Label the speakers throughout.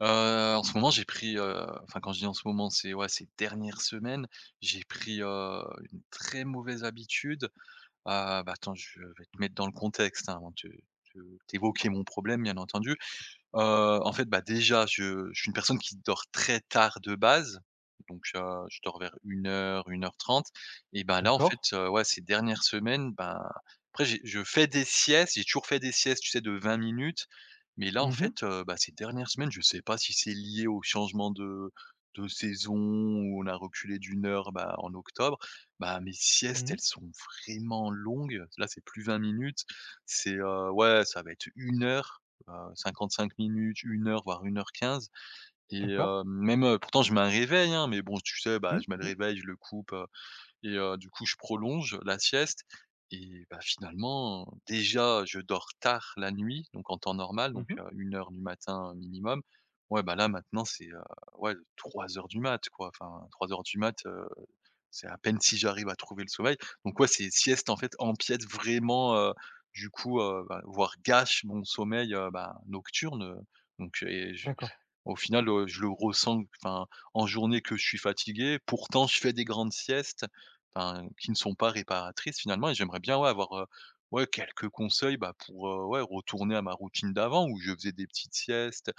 Speaker 1: Heu, En ce moment j'ai pris, enfin quand je dis en ce moment, c'est ouais, ces dernières semaines, j'ai pris, une très mauvaise habitude, bah, attends, je vais te mettre dans le contexte, hein, avant de te t'évoquer mon problème bien entendu. En fait, bah, déjà, je suis une personne qui dort très tard de base, donc je dors vers une heure, 1h30. Et ben là, en
Speaker 2: D'accord.
Speaker 1: fait, ouais, ces dernières semaines, ben, après j'ai je fais des siestes, j'ai toujours fait des siestes, tu sais, de 20 minutes, mais là, en
Speaker 2: Mmh mh.
Speaker 1: fait, bah, ces dernières semaines, je sais pas si c'est lié au changement de saison où on a reculé d'une heure, bah, en octobre. Bah, mes siestes,
Speaker 2: Mmh.
Speaker 1: elles sont vraiment longues. Là, c'est plus 20 minutes, c'est, ouais, ça va être une heure 55 minutes, une heure, voire 1h15. Et
Speaker 2: D'accord.
Speaker 1: même, pourtant je mets un réveil, hein, mais bon, tu sais, bah,
Speaker 2: Mmh
Speaker 1: je mets le
Speaker 2: mh.
Speaker 1: réveil, je le coupe, et du coup, je prolonge la sieste et bah, finalement, déjà, je dors tard la nuit, donc en temps normal, donc
Speaker 2: Mmh.
Speaker 1: une heure du matin minimum. Ouais, bah, là, maintenant, c'est, ouais, trois heures du mat', quoi. Enfin, trois heures du mat', c'est à peine si j'arrive à trouver le sommeil. Donc ouais, ces siestes, en fait, empiètent vraiment, bah, voire gâchent mon sommeil, bah, nocturne, donc. Et
Speaker 2: D'accord.
Speaker 1: au final, je le ressens, enfin, en journée, que je suis fatigué. Pourtant, je fais des grandes siestes, enfin, qui ne sont pas réparatrices finalement, et j'aimerais bien, ouais, avoir, ouais, quelques conseils, bah, pour, ouais, retourner à ma routine d'avant où je faisais des petites siestes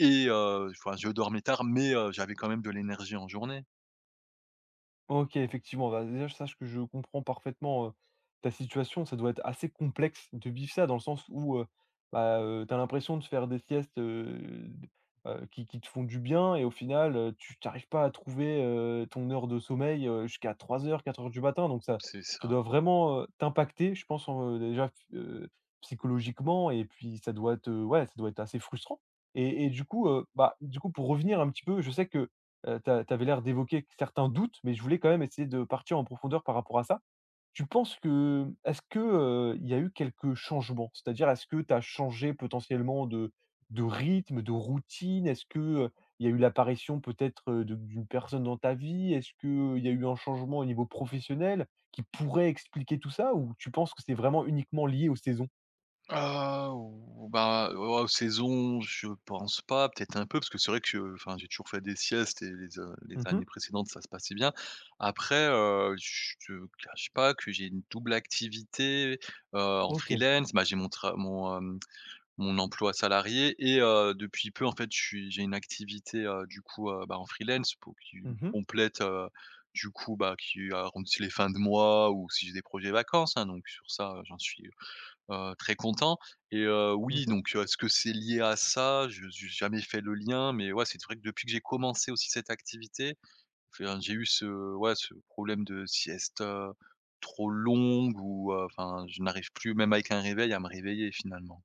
Speaker 1: et enfin, je dormais tard, mais j'avais quand même de l'énergie en journée.
Speaker 2: OK, effectivement, bah, déjà je sache que je comprends parfaitement, ta situation. Ça doit être assez complexe de vivre ça dans le sens où, bah, tu as l'impression de faire des siestes, d qui te font du bien et au final, tu n'arrives pas à trouver, ton heure de sommeil, jusqu'à trois heures, 4 heures du matin. Donc ça
Speaker 1: C'est
Speaker 2: ça
Speaker 1: ça.
Speaker 2: doit vraiment, t'impacter, je pense, déjà, f psychologiquement et puis ça doit te ouais, ça doit être assez frustrant et du coup, bah, du coup, pour revenir un petit peu, je sais que, tu as l'air d'évoquer certains doutes, mais je voulais quand même essayer de partir en profondeur par rapport à ça. Tu penses que est-ce que, il y a eu quelques changements? C'est-à-dire, est-ce que tu as changé potentiellement de rythme, de routine? Est-ce que, il y a eu l'apparition peut-être, de d'une personne dans ta vie? Est-ce que il y a eu un changement au niveau professionnel qui pourrait expliquer tout ça? Ou tu penses que c'est vraiment uniquement lié aux saisons?
Speaker 1: Ah, oh, saison, je pense pas, peut-être un peu, parce que c'est vrai que, enfin, j'ai toujours fait des siestes et les
Speaker 2: Mmh.
Speaker 1: années précédentes, ça se passait bien. Après, je te cache pas que j'ai une double activité, heu, en
Speaker 2: OK.
Speaker 1: freelance. Bah, j'ai mon tra mon, hem, mon emploi salarié et depuis peu, en fait, je suis j'ai une activité, bah, en freelance pour qui me
Speaker 2: Mmh mh.
Speaker 1: complète, bah, qui arrondit les fins de mois ou si j'ai des projets vacances, hein, donc sur ça, j'en suis très content. Et oui,
Speaker 2: Mmh.
Speaker 1: donc est-ce que c'est lié à ça? Je n'ai jamais fait le lien, mais ouais, c'est vrai que depuis que j'ai commencé aussi cette activité, enfin, j'ai eu ce ouais, ce problème de sieste, trop longue, ou enfin, je n'arrive plus, même avec un réveil, à me réveiller finalement.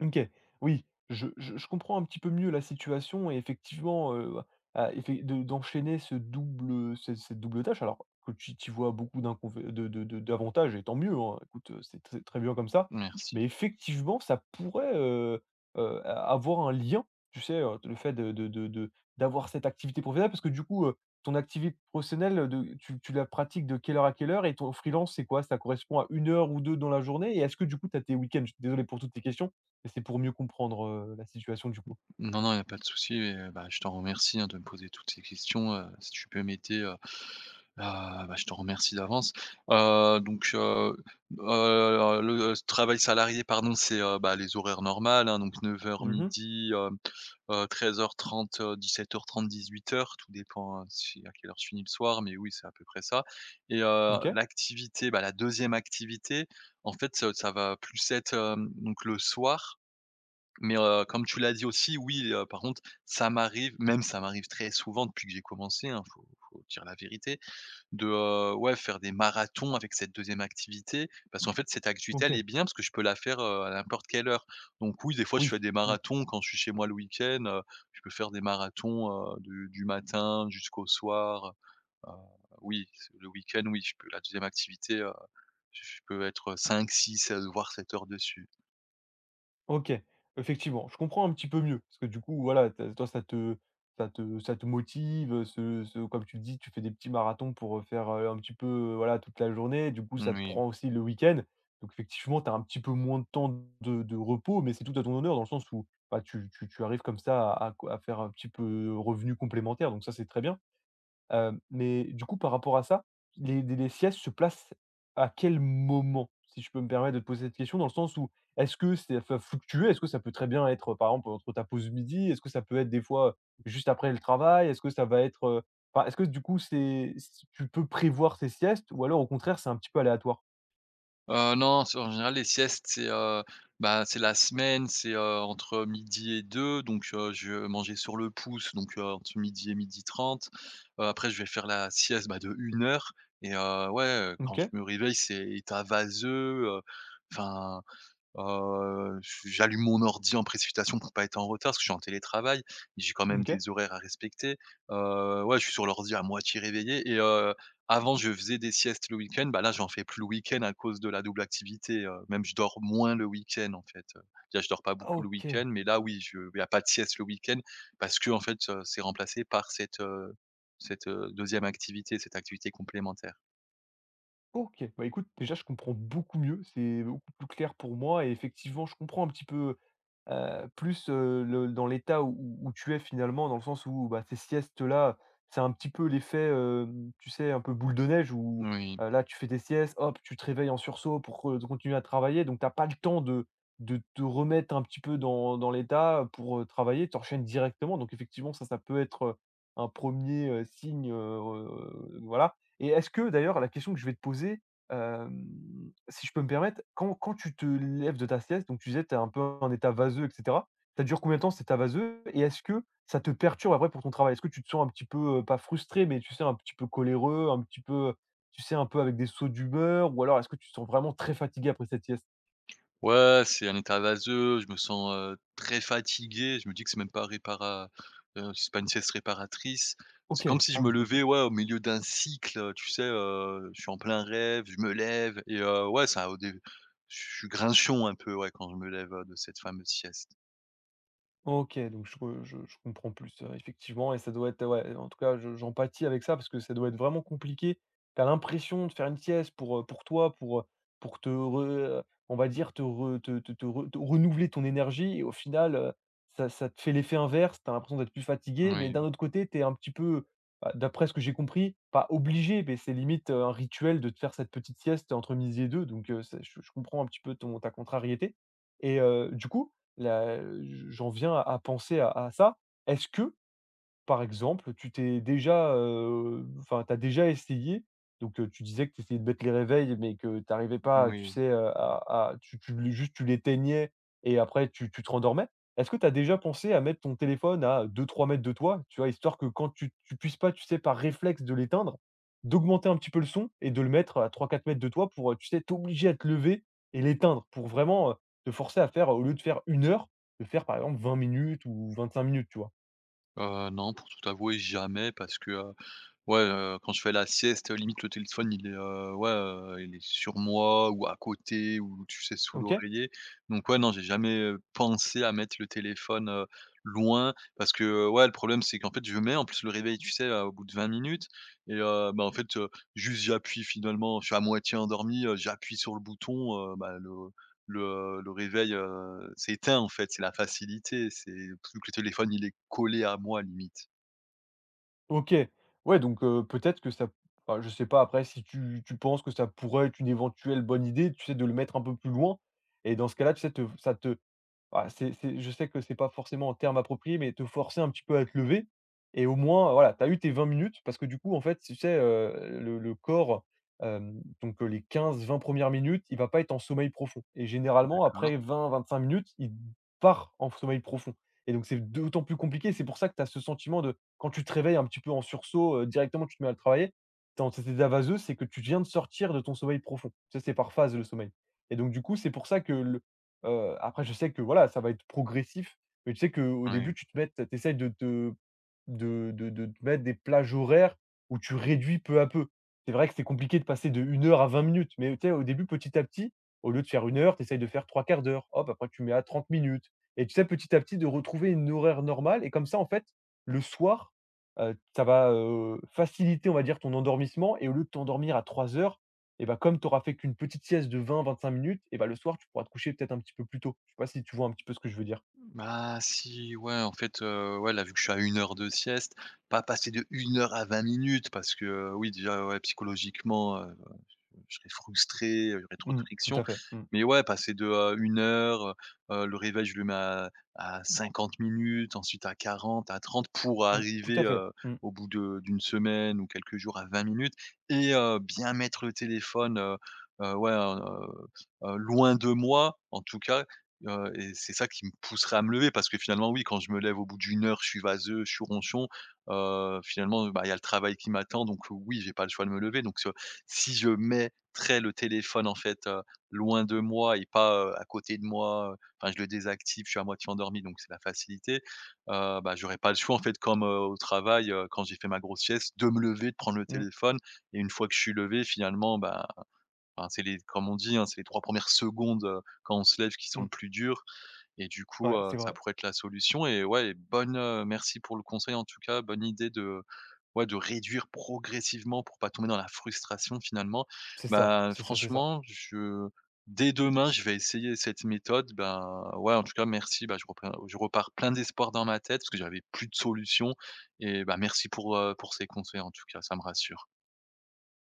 Speaker 2: OK. Oui, je comprends un petit peu mieux la situation et effectivement, à effet de d'enchaîner ce double, ce cette double tâche alors que tu vois beaucoup d'inconvé de d'avantages et tant mieux, hein, écoute, c'est très très bien comme ça. Mais
Speaker 1: Merci.
Speaker 2: effectivement, ça pourrait, a avoir un lien, tu sais, le fait de d'avoir cette activité professionnelle parce que du coup, ton activité professionnelle, de tu la pratiques de quelle heure à quelle heure et ton freelance, c'est quoi? Ça correspond à une heure ou 2 dans la journée et est-ce que du coup, tu as tes week-ends? Je suis désolé pour toutes tes questions. Mais c'est pour mieux comprendre, la situation du coup.
Speaker 1: Non, non, il n'y a pas de souci et bah, je t'en remercie, hein, de me poser toutes ces questions, si tu peux m'aider, ah, bah, je te remercie d'avance. Donc le travail salarié, pardon, c'est, bah, les horaires normales, hein, donc 0900
Speaker 2: Mmh.
Speaker 1: dix-sept heures trente, dix-huit heures. Tout dépend, si à quelle heure je finis le soir, mais oui, c'est à peu près ça. Et
Speaker 2: OK.
Speaker 1: l'activité, bah, la deuxième activité, en fait, ça va plus être, donc le soir, mais, comme tu l'as dit aussi, oui, par contre, ça m'arrive, même ça m'arrive très souvent depuis que j'ai commencé, hein, faut dire la vérité, de, ouais, faire des marathons avec cette deuxième activité. Parce qu'en fait, cette activité, elle est
Speaker 2: OK,
Speaker 1: bien parce que je peux la faire, à n'importe quelle heure. Donc oui, des fois, je
Speaker 2: oui,
Speaker 1: fais des
Speaker 2: mmh,
Speaker 1: marathons quand je suis chez moi le week-end, je peux faire des marathons, du matin jusqu'au soir, heu, oui, c'est le week-end, oui, je peux, la deuxième activité, je peux être cinq, six, voire 7 heures dessus.
Speaker 2: OK. Effectivement, je comprends un petit peu mieux parce que du coup, voilà, tu toi ça te motive, ce comme tu le dis, tu fais des petits marathons pour, faire, un petit peu, voilà, toute la journée. Du coup, ça te
Speaker 1: Moui.
Speaker 2: prend aussi le week-end. Donc effectivement, tu as un petit peu moins de temps de repos, mais c'est tout à ton honneur dans le sens où, bah, tu arrives comme ça à faire un petit peu, revenu complémentaire, donc ça, c'est très bien. Hem, mais du coup, par rapport à ça, les siestes se placent à quel moment? Si je peux me permettre de te poser cette question, dans le sens où, est-ce que c'est elles fluctuer? Est-ce que ça peut très bien être, par exemple, entre ta pause midi? Est-ce que ça peut être des fois, juste après le travail? Est-ce que ça va être, enfin, est-ce que du coup, c'est s tu peux prévoir tes siestes ou alors au contraire, c'est un petit peu aléatoire?
Speaker 1: Non, c'est en général, les siestes, c'est, bah, c'est la semaine, c'est, entre midi et 2, donc je vais manger sur le pouce, donc entre midi et 12:30. Après je vais faire la sieste, bah, de une heure, et quand je
Speaker 2: OK,
Speaker 1: me réveille, c'est état vaseux, enfin je j'allume mon ordi en précipitation pour pas être en retard parce que je suis en télétravail. J'ai quand même
Speaker 2: OK.
Speaker 1: des horaires à respecter. Ouais, je suis sur l'ordi à moitié réveillé, et avant je faisais des siestes le week-end, bah, là j'en fais plus le week-end à cause de la double activité, même je dors moins le week-end, en fait. Déjà je dors pas beaucoup le week-end,
Speaker 2: OK,
Speaker 1: mais là, oui, je il y a pas de sieste le week-end parce que en fait, c'est remplacé par cette, 2 activité, cette activité complémentaire.
Speaker 2: OK. Bah, écoute, déjà, je comprends beaucoup mieux, c'est beaucoup plus clair pour moi et effectivement, je comprends un petit peu, plus, le dans l'état où tu es finalement, dans le sens où, bah, ces siestes-là, c'est un petit peu l'effet, tu sais, un peu boule de neige où,
Speaker 1: Oui.
Speaker 2: là, tu fais des siestes, hop, tu te réveilles en sursaut pour, continuer à travailler. Donc tu as pas le temps de te remettre un petit peu dans l'état pour, travailler, tu enchaînes directement. Donc effectivement, ça peut être, un premier er signe, voilà. Et est-ce que d'ailleurs, la question que je vais te poser, si je peux me permettre, quand tu te lèves de ta sieste, donc tu disais, tu es un peu en état vaseux et cetera. Ça dure combien de temps cet état vaseux? Et est-ce que ça te perturbe après pour ton travail? Est-ce que tu te sens un petit peu, pas frustré, mais tu sais, un petit peu coléreux, un petit peu, tu sais, un peu avec des sauts d'humeur? Ou alors est-ce que tu te sens vraiment très fatigué après cette sieste?
Speaker 1: Ouais, c'est un état vaseux, je me sens, très fatigué, je me dis que c'est même pas répara c'est pas une sieste réparatrice. C'est
Speaker 2: OK,
Speaker 1: comme si je
Speaker 2: ah
Speaker 1: me
Speaker 2: oui, OK.
Speaker 1: levais, ouais, au milieu d'un cycle, tu sais, je suis en plein rêve, je me lève et ouais, ça, au dé je suis grinchon un peu, ouais, quand je me lève, de cette fameuse sieste.
Speaker 2: OK, donc je re je comprends plus, effectivement et ça doit être ouais, en tout cas, je j'empathie avec ça parce que ça doit être vraiment compliqué. Tu as l'impression de faire une sieste pour toi, pour te re on va dire, te re te te te re te renouveler ton énergie et au final, ça te fait l'effet inverse. Tu as l'impression d'être plus fatigué, mais
Speaker 1: Oui,
Speaker 2: d'un autre côté, tu es un petit peu, bah, d'après ce que j'ai compris, pas obligé, mais c'est limite, un rituel de te faire cette petite sieste entre midi et deux. Donc c'est je comprends un petit peu ton ta contrariété et du coup la j'en viens à penser à ça. Est-ce que par exemple, enfin, t'as déjà essayé donc tu disais que tu essayais de mettre les réveils mais que tu arrivais pas, tu
Speaker 1: oui.
Speaker 2: sais, à tu tu le juste tu l'éteignais et après tu te rendormais. Est-ce que tu as déjà pensé à mettre ton téléphone à 2, 3 mètres de toi, tu vois? Histoire que quand tu puisses pas, tu sais, par réflexe de l'éteindre, d'augmenter un petit peu le son et de le mettre à 3, 4 mètres de toi pour, tu sais, t'obliger à te lever et l'éteindre pour vraiment, te forcer à faire, au lieu de faire une heure, de faire par exemple 20 minutes ou 25 minutes, tu vois?
Speaker 1: Non, pour tout avouer, jamais, parce que, ouais, quand je fais la sieste, limite le téléphone, il est, il est sur moi ou à côté, ou tu sais sous
Speaker 2: OK?
Speaker 1: l'oreiller. Donc ouais, non, j'ai jamais, pensé à mettre le téléphone, loin, parce que, ouais, le problème, c'est qu'en fait je mets en plus le réveil, tu sais, au bout de 20 minutes, et juste j'appuie finalement, je suis à moitié endormi, j'appuie sur le bouton, le, le réveil, s'éteint en fait. C'est la facilité, c'est surtout que le téléphone, il est collé à moi, limite.
Speaker 2: OK. Ouais, donc peut-être que ça enfin, je sais pas après si tu penses que ça pourrait être une éventuelle bonne idée, tu sais, de le mettre un peu plus loin et dans ce cas-là, tu sais, te ça te bah, c'est je sais que c'est pas forcément un terme approprié, mais te forcer un petit peu à te lever et au moins, voilà, tu as eu tes 20 minutes parce que du coup, en fait, tu sais, le corps, donc, les 15, 20 premières minutes, il va pas être en sommeil profond et généralement
Speaker 1: D'accord,
Speaker 2: après 20, 25 minutes, il part en sommeil profond et donc c'est d'autant plus compliqué. C'est pour ça que tu as ce sentiment de quand tu te réveilles un petit peu en sursaut, directement tu te mets à le travailler, tu es en cet état vaseux, c'est que tu viens de sortir de ton sommeil profond. Ça, c'est par phase le sommeil et donc du coup, c'est pour ça que le. Après je sais que voilà, ça va être progressif, mais tu sais qu'au
Speaker 1: oui.
Speaker 2: début tu te mets, tu de te de te mettre des plages horaires où tu réduis peu à peu. C'est vrai que c'est compliqué de passer de une heure à 20 minutes, mais tu sais au début petit à petit, au lieu de faire une heure, tu essayes de faire trois quarts d'heure, hop, après tu mets à 30 minutes et tu sais petit à petit de retrouver une horaire normale et comme ça en fait, le soir, ça va, faciliter on va dire ton endormissement et au lieu de t'endormir à 3 heures. Et bah, comme tu auras fait qu'une petite sieste de 20-25 minutes, et bah, le soir, tu pourras te coucher peut-être un petit peu plus tôt. Je sais pas si tu vois un petit peu ce que je veux dire?
Speaker 1: Bah, si, ouais, en fait, ouais, là, vu que je suis à une heure de sieste, pas passer de une heure à 20 minutes, parce que, oui, déjà, ouais, psychologiquement, je serais frustré, il y aurait trop de
Speaker 2: Mmh, tout
Speaker 1: friction.
Speaker 2: à fait. Mmh,
Speaker 1: Mais ouais, passer de, une heure, le réveil, je le mets à 50 minutes, ensuite à quarante, à trente, pour
Speaker 2: mmh, tout
Speaker 1: arriver,
Speaker 2: à fait. Mmh,
Speaker 1: au bout de d'une semaine ou quelques jours à 20 minutes, et bien mettre le téléphone, heu, ouais, heu loin de moi, en tout cas, et c'est ça qui me pousserait à me lever, parce que finalement, oui, quand je me lève au bout d'une heure, je suis vaseux, je suis ronchon, finalement, bah, il y a le travail qui m'attend, donc oui, j'ai pas le choix de me lever, donc si je mets, très le téléphone, en fait, loin de moi et pas, à côté de moi, enfin, je le désactive, je suis à moitié endormi, donc c'est la facilité. Bah, j'aurais pas le choix, en fait, comme, au travail, quand j'ai fait ma grosse sieste, de me lever, de prendre le
Speaker 2: mmh,
Speaker 1: téléphone, et une fois que je suis levé, finalement, bah, enfin, c'est les, comme on dit, hein, c'est les 3 premières secondes, quand on se lève, qui sont
Speaker 2: mmh.
Speaker 1: le plus dur, et du coup,
Speaker 2: Ouais, c'est
Speaker 1: ça
Speaker 2: vrai.
Speaker 1: pourrait être la solution. Et ouais, et bonne, merci pour le conseil, en tout cas, bonne idée de ouais, de réduire progressivement pour pas tomber dans la frustration finalement.
Speaker 2: C'est ça,
Speaker 1: Bah,
Speaker 2: c'est ça, c'est ça.
Speaker 1: franchement, je dès demain, je vais essayer cette méthode. Ben, ouais, en tout cas merci, bah, je repars plein d'espoir dans ma tête parce que j'avais plus de solution, et bah, merci pour ces conseils, en tout cas, ça me rassure.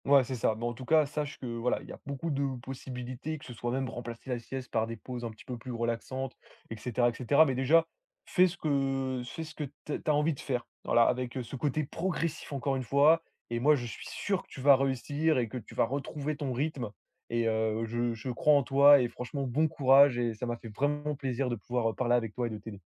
Speaker 2: Ouais, c'est ça. Mais en tout cas, sache que voilà, il y a beaucoup de possibilités, que ce soit même remplacer la sieste par des pauses un petit peu plus relaxantes, et cetera, et cetera. Mais déjà, fais ce que tu as envie de faire. Voilà, avec, ce côté progressif encore une fois. Et moi, je suis sûr que tu vas réussir et que tu vas retrouver ton rythme. Et je crois en toi et franchement bon courage et ça m'a fait vraiment plaisir de pouvoir, parler avec toi et de t'aider.